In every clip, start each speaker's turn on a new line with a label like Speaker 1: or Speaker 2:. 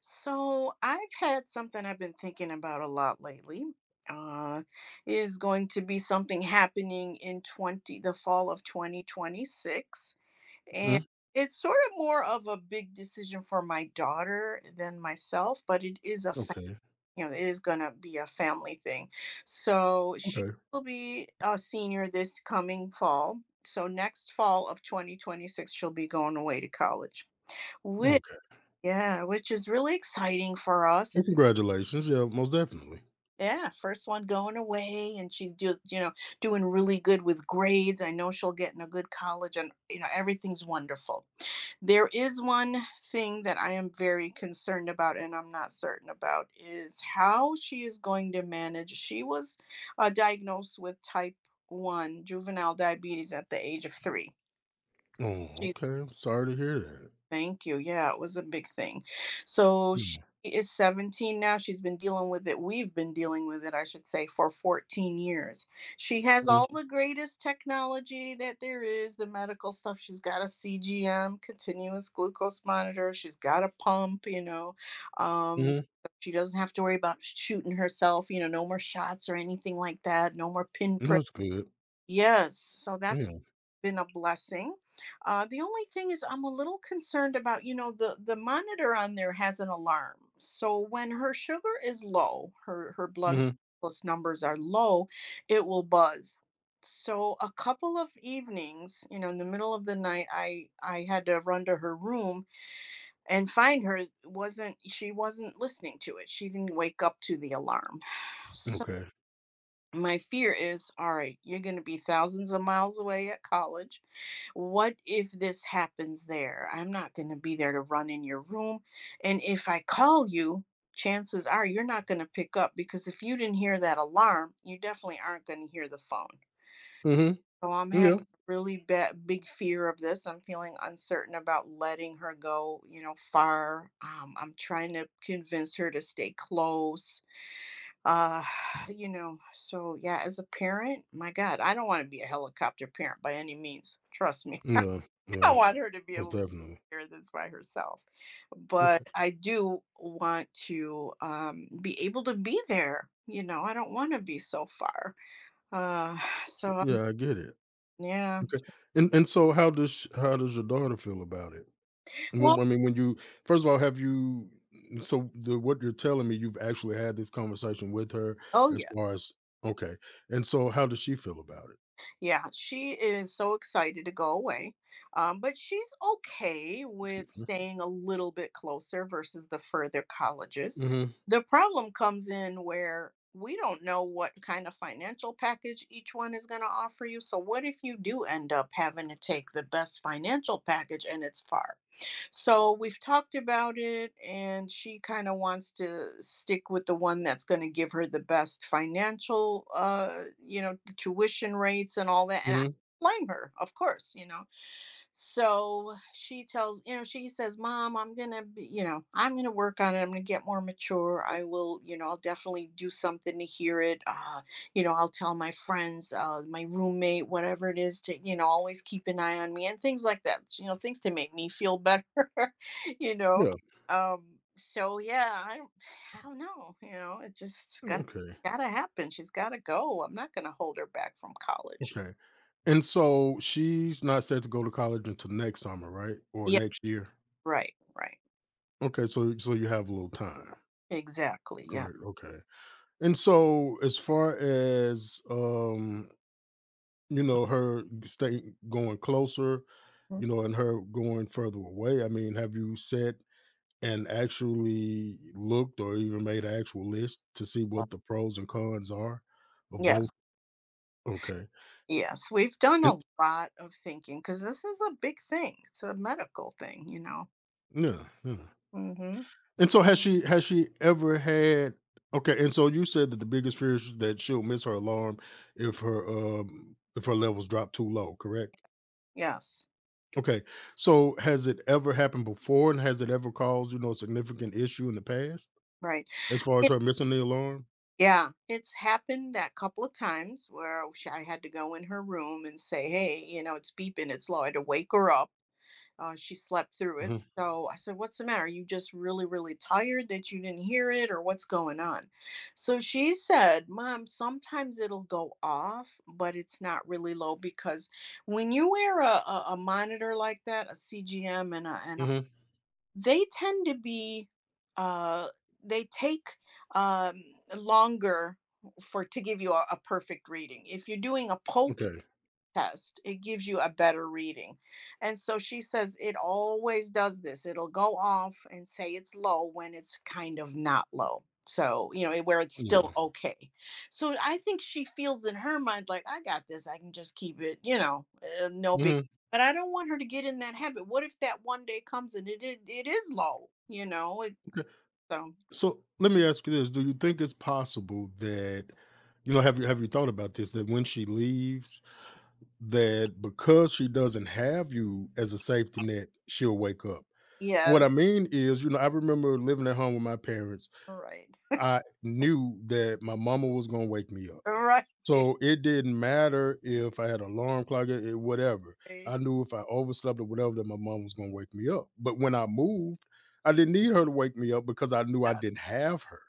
Speaker 1: So I've had something I've been thinking about a lot lately. Uh, is going to be something happening in 20, the fall of 2026. And
Speaker 2: Mm,
Speaker 1: it's sort of more of a big decision for my daughter than myself, but it is a, fa-
Speaker 2: okay,
Speaker 1: you know, it is going to be a family thing. So she
Speaker 2: okay,
Speaker 1: will be a senior this coming fall. So next fall of 2026, she'll be going away to college,
Speaker 2: okay.
Speaker 1: yeah, which is really exciting for us.
Speaker 2: Well,
Speaker 1: It's
Speaker 2: congratulations, yeah, most definitely.
Speaker 1: Yeah, first one going away, and she's just doing really good with grades. I know she'll get in a good college, and everything's wonderful. There is one thing that I am very concerned about, and I'm not certain about is how she is going to manage. She was diagnosed with type 1 juvenile diabetes at the age of three.
Speaker 2: Oh, okay, I'm sorry to hear that.
Speaker 1: Thank you. Yeah, it was a big thing. So she
Speaker 2: Mm,
Speaker 1: is 17 now. She's been dealing with it. We've been dealing with it, I should say, for 14 years. She has
Speaker 2: mhm,
Speaker 1: all the greatest technology that there is, the medical stuff. She's got a CGM, continuous glucose monitor. She's got a pump. Um,
Speaker 2: mhm,
Speaker 1: she doesn't have to worry about shooting herself, no more shots or anything like that, no more pinpricks.
Speaker 2: that's good.
Speaker 1: Yes, so that's
Speaker 2: Yeah,
Speaker 1: been a blessing. The only thing is I'm a little concerned about, the monitor on there has an alarm. So when her sugar is low, her blood
Speaker 2: mhm,
Speaker 1: glucose numbers are low, it will buzz. So a couple of evenings, in the middle of the night, I had to run to her room and find her. Wasn't She wasn't listening to it. She didn't wake up to the alarm.
Speaker 2: okay,
Speaker 1: My fear is, all right, you're going to be thousands of miles away at college. What if this happens there? I'm not going to be there to run in your room. And if I call you, chances are you're not going to pick up, because if you didn't hear that alarm, you definitely aren't going to hear the phone.
Speaker 2: mhm,
Speaker 1: So I'm having
Speaker 2: yeah,
Speaker 1: a really bad, big fear of this. I'm feeling uncertain about letting her go, far. I'm trying to convince her to stay close. uh so yeah, as a parent, my God, I don't want to be a helicopter parent by any means, trust me. I,
Speaker 2: yeah,
Speaker 1: yeah,
Speaker 2: yeah,
Speaker 1: want her to be
Speaker 2: most
Speaker 1: able to
Speaker 2: definitely.
Speaker 1: hear this by herself, but
Speaker 2: Okay,
Speaker 1: I do want to be able to be there. I don't want to be so far. uh so I'm,
Speaker 2: yeah, I get it,
Speaker 1: yeah.
Speaker 2: okay, and so how does your daughter feel about it? When
Speaker 1: Well.
Speaker 2: I mean, when you first of all, have you so the what you're telling me, you've actually had this conversation with her
Speaker 1: Oh,
Speaker 2: as
Speaker 1: yeah.
Speaker 2: far as, okay, and so how does she feel about it?
Speaker 1: Yeah, she is so excited to go away. But she's okay
Speaker 2: Excuse
Speaker 1: with
Speaker 2: me.
Speaker 1: staying a little bit closer versus the further colleges.
Speaker 2: Mhm,
Speaker 1: The problem comes in where we don't know what kind of financial package each one is going to offer you. So, what if you do end up having to take the best financial package and it's far? So we've talked about it, and she kind of wants to stick with the one that's going to give her the best financial, the tuition rates and all that. And I
Speaker 2: mhm.
Speaker 1: blame her, of course. So she tells you know she says, Mom, I'm gonna be you know I'm gonna work on it, I'm gonna get more mature, I will you know I'll definitely do something to hear it. I'll tell my friends, my roommate, whatever it is, to always keep an eye on me and things like that, things to make me feel better. you know
Speaker 2: Yeah.
Speaker 1: so yeah, I don't know, it just gonna
Speaker 2: Okay.
Speaker 1: gotta happen, she's gotta go, I'm not gonna hold her back from college.
Speaker 2: Okay. And so she's not set to go to college until next summer, right? Or
Speaker 1: Yeah.
Speaker 2: next year.
Speaker 1: Right, right.
Speaker 2: Okay. So you have a little time.
Speaker 1: Exactly. Yeah.
Speaker 2: Correct. Okay. And so as far as, you know, her staying going closer, you know, and her going further away, I mean, have you set and actually looked or even made an actual list to see what the pros and cons are of
Speaker 1: Yes,
Speaker 2: both? Okay.
Speaker 1: yes. We've done
Speaker 2: And
Speaker 1: a lot of thinking because this is a big thing. It's a medical thing.
Speaker 2: yeah, yeah.
Speaker 1: Hmm.
Speaker 2: And so has she ever had okay, and so you said that the biggest fear is that she'll miss her alarm if her levels drop too low, correct?
Speaker 1: Yes,
Speaker 2: Okay. So has it ever happened before and has it ever caused, you know, a significant issue in the past
Speaker 1: right.
Speaker 2: as far as
Speaker 1: It-
Speaker 2: her missing the alarm?
Speaker 1: yeah, it's happened that couple of times where I had to go in her room and say, hey, it's beeping, it's low. I had to wake her up. She slept through it.
Speaker 2: Hmm,
Speaker 1: So I said, what's the matter? Are you just really, really tired that you didn't hear it, or what's going on? So she said, Mom, sometimes it'll go off, but it's not really low because when you wear a monitor like that, a CGM and a
Speaker 2: hmm.
Speaker 1: they tend to be, uh, they take, um, longer for to give you a perfect reading. If you're doing a poke
Speaker 2: Okay.
Speaker 1: test. It gives you a better reading. And so she says it always does this. It'll go off and say it's low when it's kind of not low. So, where it's still
Speaker 2: Yeah.
Speaker 1: okay. So I think she feels in her mind, like, I got this. I can just keep it, no big.
Speaker 2: Hmm.
Speaker 1: But I don't want her to get in that habit. What if that one day comes and it is low, you know?
Speaker 2: Okay.
Speaker 1: So,
Speaker 2: So let me ask you this. Do you think it's possible that you know, have you thought about this? That when she leaves, that because she doesn't have you as a safety net, she'll wake up. What
Speaker 1: yes.
Speaker 2: I mean is, you know, I remember living at home with my parents.
Speaker 1: All right.
Speaker 2: I knew that my mama was going to wake me up.
Speaker 1: All right.
Speaker 2: So it didn't matter if I had an alarm clock or whatever. I knew if I overslept or whatever that my mom was going to wake me up. But when I moved, I didn't need her to wake me up because I knew I
Speaker 1: Yeah.
Speaker 2: didn't have her,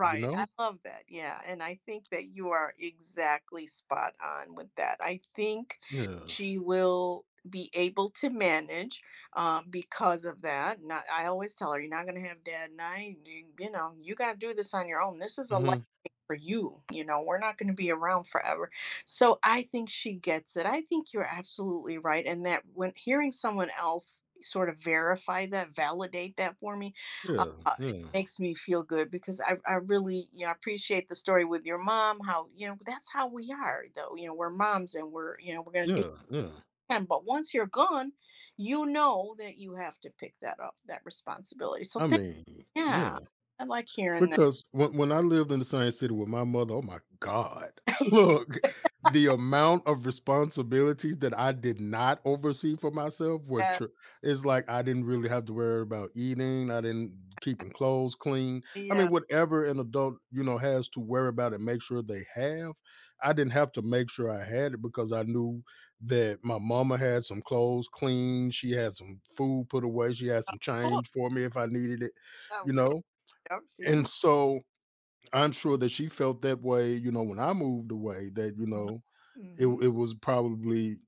Speaker 2: you
Speaker 1: I
Speaker 2: know?
Speaker 1: love that. Yeah. And I think that you are exactly spot on with that. I think
Speaker 2: Yeah.
Speaker 1: she will be able to manage, because of that. Not, I always tell her, you're not going to have dad and I, you got to do this on your own. This is a life
Speaker 2: Hmm.
Speaker 1: for you. We're not going to be around forever. So I think she gets it. I think you're absolutely right. And that when hearing someone else sort of verify that, validate that for me,
Speaker 2: Yeah.
Speaker 1: it
Speaker 2: Yeah.
Speaker 1: makes me feel good because I really, appreciate the story with your mom, how, that's how we are though. We're moms and we're going to do
Speaker 2: Yeah.
Speaker 1: what
Speaker 2: Yeah.
Speaker 1: we can. But once you're gone, you know that you have to pick that up, that responsibility.
Speaker 2: I mean, yeah.
Speaker 1: Yeah, I like hearing that.
Speaker 2: Because when I lived in the same city with my mother, oh my god. Look, the amount of responsibilities that I did not oversee for myself were
Speaker 1: Yeah.
Speaker 2: tr it's like I didn't really have to worry about eating, I didn't keeping clothes clean. I
Speaker 1: Yeah.
Speaker 2: mean, whatever an adult, you know, has to worry about and make sure they have, I didn't have to make sure I had it because I knew that my mama had some clothes clean, she had some food put away, she had some change for me if I needed it,
Speaker 1: Oh,
Speaker 2: you know?
Speaker 1: yep. she's mm
Speaker 2: And so, I'm sure that she felt that way, you know, when I moved away, that, you know, it
Speaker 1: Hmm.
Speaker 2: it was probably,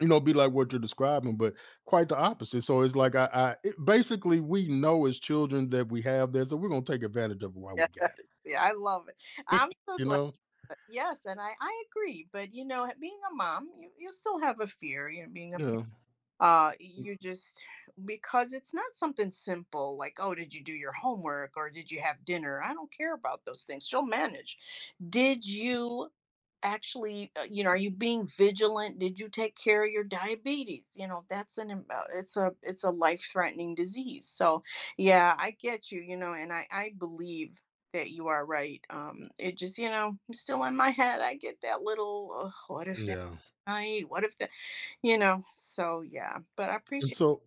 Speaker 2: you know, be like what you're describing, but quite the opposite. So it's like I it basically, we know as children that we have that, so we're gonna take advantage of it while we got
Speaker 1: Yes, yeah, I love it.
Speaker 2: it.
Speaker 1: I'm so
Speaker 2: You
Speaker 1: glad.
Speaker 2: know?
Speaker 1: That, yes, and I agree. But, being a mom, you still have a fear. Being a parent.
Speaker 2: Yeah. Mm,
Speaker 1: You just because it's not something simple like, oh, did you do your homework or did you have dinner? I don't care about those things. She'll manage. Did you actually you know Are you being vigilant? Did you take care of your diabetes? That's an it's a life threatening disease, so yeah, I get you you know and I believe that you are right. It just still in my head, I get that little, Ugh, what if that
Speaker 2: yeah.
Speaker 1: night, what if that you know, so, yeah, but I
Speaker 2: And
Speaker 1: appreciate.
Speaker 2: so,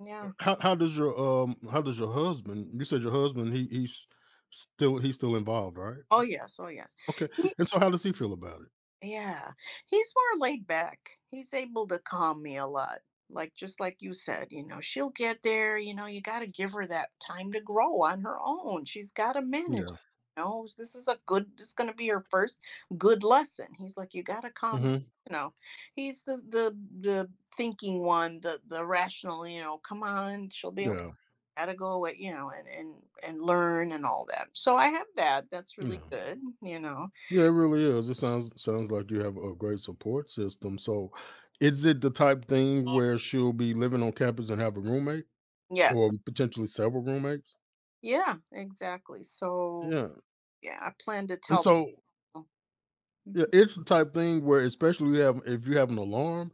Speaker 1: Yeah.
Speaker 2: how does your husband, you said your husband, he's still involved, right?
Speaker 1: Oh yes, oh yes.
Speaker 2: Okay.
Speaker 1: He
Speaker 2: And so how does he feel about it?
Speaker 1: Yeah, he's more laid back. He's able to calm me a lot. Like just like you said, she'll get there, you got to give her that time to grow on her own. She's got to manage.
Speaker 2: Yeah.
Speaker 1: This is going to be her first good lesson. He's like you got to calm down.
Speaker 2: Mhm.
Speaker 1: You know, he's the thinking one, the rational. Come on, she'll be okay,
Speaker 2: Yeah.
Speaker 1: got to go away, and learn and all that. So I have that. That's really
Speaker 2: Yeah.
Speaker 1: good.
Speaker 2: Yeah, it really is. It sounds like you have a great support system. So, is it the type thing where she'll be living on campus and have a roommate,
Speaker 1: Yes.
Speaker 2: or potentially several roommates?
Speaker 1: Yeah, exactly. So
Speaker 2: Yeah,
Speaker 1: yeah, I plan to
Speaker 2: and
Speaker 1: tell them.
Speaker 2: so
Speaker 1: All.
Speaker 2: yeah,
Speaker 1: Mhm,
Speaker 2: it's the type thing where, especially you have if you have an alarm,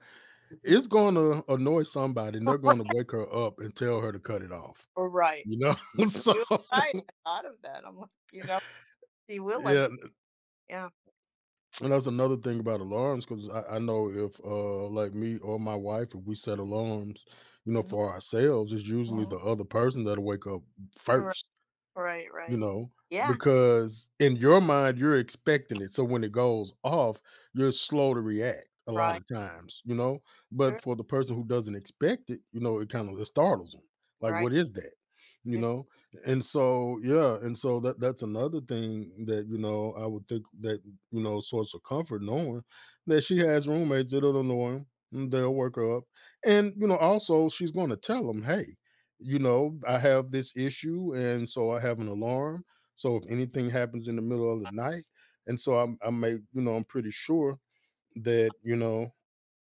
Speaker 1: mhm.
Speaker 2: it's going to annoy somebody, and they're going to
Speaker 1: Right.
Speaker 2: wake her up and tell her to cut it off.
Speaker 1: All right.
Speaker 2: You know, so
Speaker 1: You were right. I thought of that. I'm like, she will. And
Speaker 2: yeah.
Speaker 1: yeah.
Speaker 2: And that's another thing about alarms, 'cause I know if, like me or my wife, if we set alarms, you know,
Speaker 1: Mhm,
Speaker 2: for ourselves, it's usually
Speaker 1: mhm.
Speaker 2: the other person that'll wake up
Speaker 1: Right.
Speaker 2: first,
Speaker 1: Right.
Speaker 2: you
Speaker 1: Right.
Speaker 2: know,
Speaker 1: Yeah.
Speaker 2: because in your mind you're expecting it, so when it goes off you're slow to react a lot
Speaker 1: Right.
Speaker 2: of times, you know. But
Speaker 1: Sure.
Speaker 2: for the person who doesn't expect it, you know, it kind of startles them, like
Speaker 1: Right.
Speaker 2: what is that, you
Speaker 1: Good.
Speaker 2: know? And so yeah, and so that's another thing, that you know I would think that you know source of comfort, knowing that she has roommates that don't know him, they'll work her up. And you know, also she's going to tell them, hey, you know, I have this issue, and so I have an alarm. So if anything happens in the middle of the night, and so I'm, I may, you know, I'm pretty sure that you know,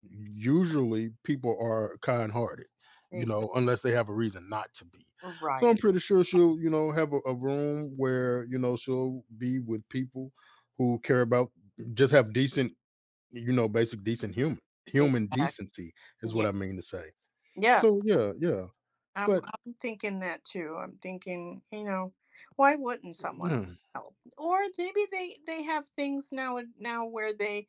Speaker 2: usually people are kind-hearted, you
Speaker 1: Exactly.
Speaker 2: know, unless they have a reason not to be. So I'm
Speaker 1: Right.
Speaker 2: pretty sure she'll, you know, have a room where you know she'll be with people who care about, just have decent, you know, basic decent human
Speaker 1: Exactly.
Speaker 2: decency is
Speaker 1: Yeah.
Speaker 2: what I mean to say.
Speaker 1: Yes.
Speaker 2: So yeah, yeah,
Speaker 1: I'm
Speaker 2: but.
Speaker 1: I'm thinking that too. I'm thinking, why wouldn't someone
Speaker 2: Yeah,
Speaker 1: help? Or maybe they have things now where they,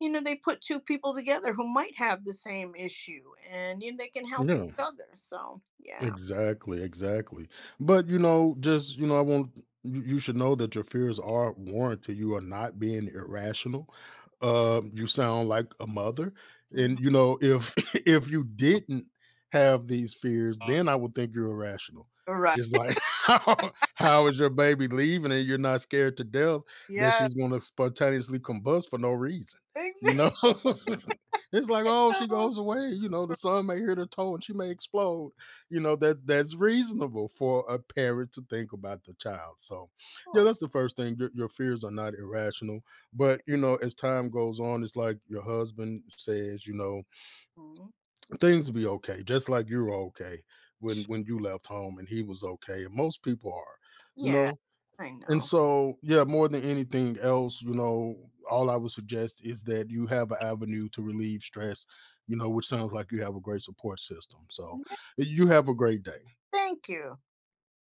Speaker 1: you know, they put two people together who might have the same issue, and they can help each
Speaker 2: yeah.
Speaker 1: other. So, yeah.
Speaker 2: Exactly, exactly. But you know, just you know, I want you should know that your fears are warranted. You are not being irrational. You sound like a mother,
Speaker 1: Mhm.
Speaker 2: and you know, if if you didn't have these fears, then I would think you're irrational.
Speaker 1: Right.
Speaker 2: It's like how is your baby leaving and you're not scared to death that
Speaker 1: Yeah.
Speaker 2: she's going to spontaneously combust for no reason? You know,
Speaker 1: Exactly.
Speaker 2: it's like, oh, she
Speaker 1: Of
Speaker 2: goes away. You know, the sun may hit her toe and she may explode, you know that that's reasonable for a parent to think about the child. So yeah,
Speaker 1: course.
Speaker 2: that's the first thing, your fears are not irrational. But you know, as time goes on, it's like your husband says, you know,
Speaker 1: Mhm.
Speaker 2: things will be okay, just like you're okay when you left home, and he was okay and most people are, you
Speaker 1: Yeah,
Speaker 2: know.
Speaker 1: I
Speaker 2: And
Speaker 1: know.
Speaker 2: so yeah, more than anything else, you know, all I would suggest is that you have an avenue to relieve stress, you know, which sounds like you have a great support system. So
Speaker 1: Yeah,
Speaker 2: you have a great day.
Speaker 1: thank you.